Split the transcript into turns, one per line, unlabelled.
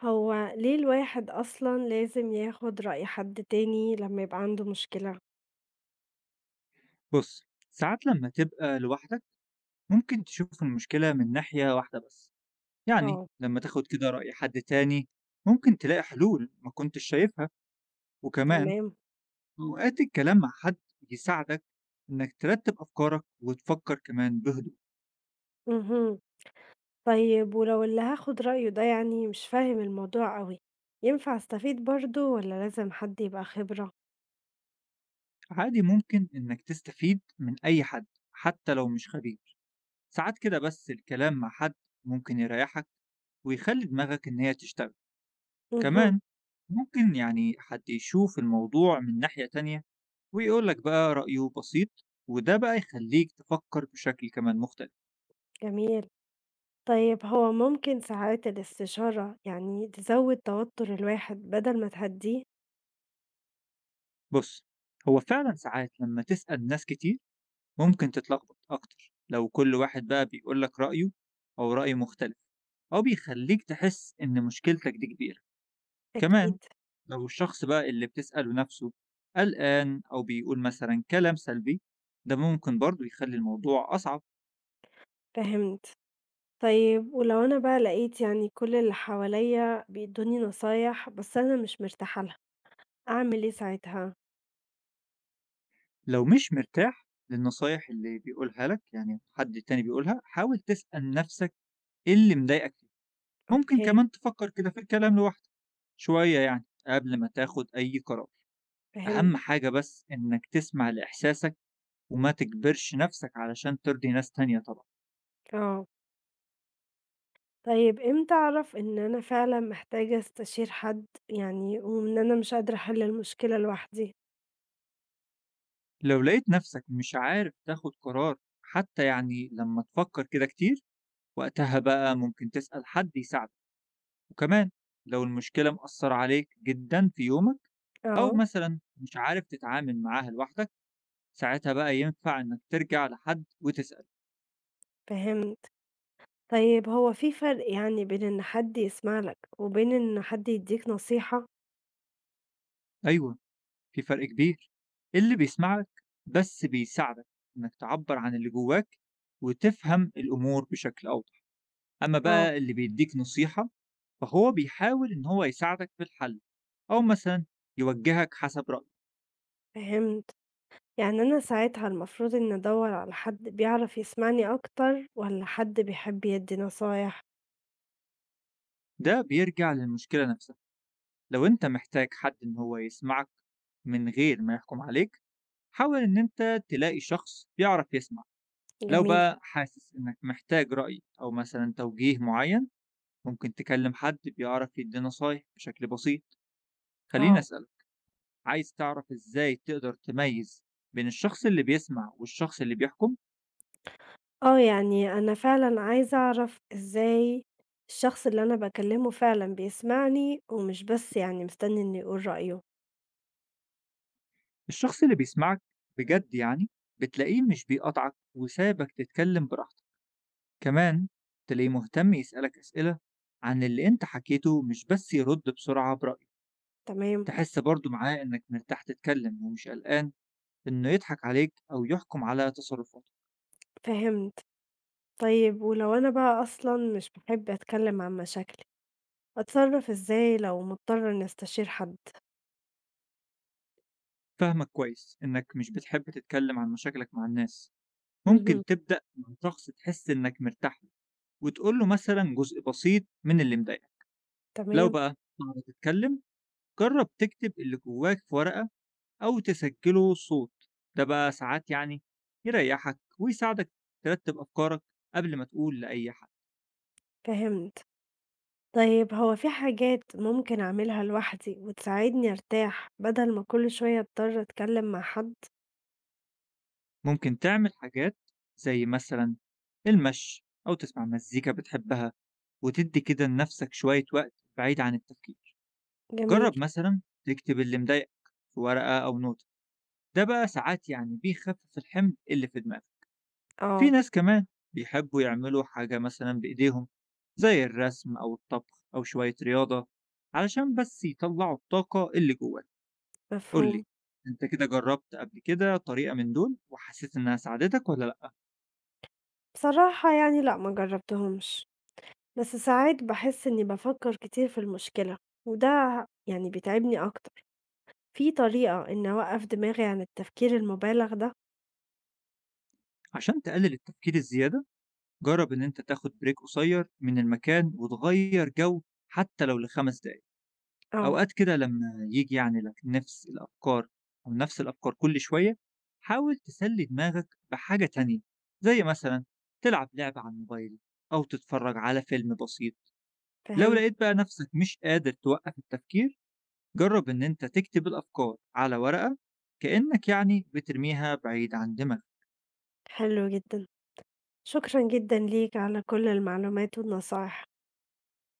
هو ليه الواحد أصلًا لازم ياخد رأي حد تاني لمّا يبقى عنده مشكلة؟
بص، ساعات لما تبقى لوحدك ممكن تشوف المشكلة من ناحية واحدة بس. يعني
آه،
لما تاخد كده رأي حد تاني ممكن تلاقي حلول ما كنتش شايفها. وكمان
تمام،
أوقات الكلام مع حد يساعدك إنك ترتب أفكارك وتفكر كمان بهدوء.
اهم، طيب ولو اللي هاخد رأيه ده يعني مش فاهم الموضوع أوي، ينفع أستفيد برضه والّا لازم حد يبقى خبرة؟
عادي ممكن إنك تستفيد من أي حد حتى لو مش خبير. ساعات كده بس الكلام مع حد ممكن يريحك ويخلي دماغك إن هي تشتغل.
اهم،
كمان ممكن يعني حد يشوف الموضوع من ناحية تانية ويقول لك بقى رأيه بسيط، وده بقى يخليك تفكر بشكل كمان مختلف.
جميل، طيب هو ممكن ساعات الاستشارة يعني تزود توتر الواحد بدل ما تهدّيه؟
بص، هو فعلا ساعات لما تسأل ناس كتير ممكن تتلخبط أكتر لو كل واحد بقى بيقول لك رأيه أو رأي مختلف، أو بيخليك تحس إن مشكلتك دي كبيرة. كمان
أكيد،
لو الشخص بقى اللي بتسأله نفسه قلقان أو بيقول مثلا كلام سلبي، ده ممكن برضه يخلي الموضوع أصعب.
فهمت، طيب ولو أنا بقى لقيت يعني كل اللي حواليّا بيدّوني نصايح بس أنا مش مرتاحة لها؟ أعمل إيه ساعتها؟
لو مش مرتاح للنصايح اللي بيقولها لك يعني حد تاني بيقولها، حاول تسأل نفسك إيه اللي مضايقك فيه. ممكن
أوكي،
كمان تفكر كده في الكلام لوحدك شوية، يعني قبل ما تاخد أي قرار. أهم
فهمت،
حاجة بس إنك تسمع لإحساسك وما تجبرش نفسك علشان ترضي ناس تانية طبعا.
آه. طيب إمتى أعرف إن أنا فعلًا محتاجة أستشير حد يعني وإن أنا مش قادرة أحل المشكلة لوحدي؟
لو لقيت نفسك مش عارف تاخد قرار، حتى يعني لما تفكر كده كتير، وقتها بقى ممكن تسأل حد يساعدك. وكمان لو المشكلة مأثرة عليك جدا في يومك أو
آه،
مثلا مش عارف تتعامل معاها لوحدك، ساعتها بقى ينفع إنك ترجع لحد وتسأل.
فهمت. طيب هو في فرق يعني بين إن حد يسمع لك وبين إن حد يدّيك نصيحة؟
أيوه، في فرق كبير. اللي بيسمعك بس بيساعدك إنك تعبّر عن اللي جواك وتفهم الأمور بشكل أوضح. أما
آه،
بقى اللي بيدّيك نصيحة فهو بيحاول إن هو يساعدك في الحل، أو مثلًا يوجّهك حسب رأيه.
فهمت. يعني أنا ساعتها المفروض إني أدوّر على حد بيعرف يسمعني أكتر والّا حد بيحب يدّي نصايح؟
ده بيرجع للمشكلة نفسها. لو أنت محتاج حد إن هو يسمعك من غير ما يحكم عليك، حاول إن أنت تلاقي شخص بيعرف يسمع. لو
جميل،
بقى حاسس إنك محتاج رأي أو مثلًا توجيه معيّن، ممكن تكلم حد بيعرف يدي نصايح بشكل بسيط. خليني
آه.
أسألك، عايز تعرف إزاي تقدر تميز بين الشخص اللي بيسمع والشخص اللي بيحكم؟
آه، يعني أنا فعلًا عايزة أعرف إزاي الشخص اللي أنا باكلّمه فعلًا بيسمعني، ومش بس يعني مستني إنه يقول رأيه،
الشخص اللي بيسمعك بجد يعني بتلاقيه مش بيقطعك وسابك تتكلم براحتك. كمان تلاقيه مهتم يسألك أسئلة عن اللي أنت حكيته، مش بس يرد بسرعة برأيه.
تمام،
تحس برضه معاه إنك مرتاح تتكلم ومش قلقان إنه يضحك عليك أو يحكم على تصرفاتك.
فهمت. طيب ولو أنا بقى أصلًا مش باحب أتكلّم عن مشاكلي، أتصرّف إزاي لو مضطرة إني أستشير حد؟
فاهمك كويس إنك مش بتحب تتكلم عن مشاكلك مع الناس.
اهم،
ممكن تبدأ مع شخص تحس إنك مرتاح له وتقول له مثلا جزء بسيط من اللي مضايقك. لو
تمام،
بقى صعب تتكلم، جرب تكتب اللي جواك في ورقة أو تسجله صوت. ده بقى ساعات يعني يريحك ويساعدك ترتب أفكارك قبل ما تقول لأي حد.
فهمت. طيب هو في حاجات ممكن أعملها لوحدي وتساعدني أرتاح بدل ما كل شوية أضطر أتكلّم مع حد؟
ممكن تعمل حاجات زي مثلا المشي أو تسمع مزيكا بتحبها، وتدي كده لنفسك شوية وقت بعيد عن التفكير.
جميل،
جرب مثلا تكتب اللي مضايقك في ورقة أو نوت، ده بقى ساعات يعني بيخفف الحمل اللي في دماغك. في
آه،
ناس كمان بيحبوا يعملوا حاجة مثلا بإيديهم، زي الرسم أو الطبخ أو شوية رياضة، علشان بس يطلعوا الطاقة اللي جواك.
مفهوم.
قولي، انت كده جربت قبل كده طريقة من دول وحسيت انها ساعدتك ولا لأ؟
بصراحة يعني لأ، ما جرّبتهمش. بس ساعات باحس إني بافكّر كتير في المشكلة، وده يعني بيتعبني أكتر، في طريقة إني أوقّف دماغي عن التفكير المُبالغ ده؟
عشان تقلل التفكير الزيادة، جرب ان انت تاخد بريك قصير من المكان وتغير جو، حتى لو لـ5 دقايق.
آه،
أوقات كده لما ييجي يعني لك نفس الأفكار، أو نفس الأفكار كل شوية، حاول تسلي دماغك بحاجة تانية زي مثلا تلعب لعبة على الموبايل أو تتفرج على فيلم بسيط. لو
فهمت،
لقيت بقى نفسك مش قادر توقف التفكير، جرب إن أنت تكتب الأفكار على ورقة، كأنك يعني بترميها بعيد عن دماغك.
حلو جدًا، شكرًا جدًا ليك على كل المعلومات والنصايح.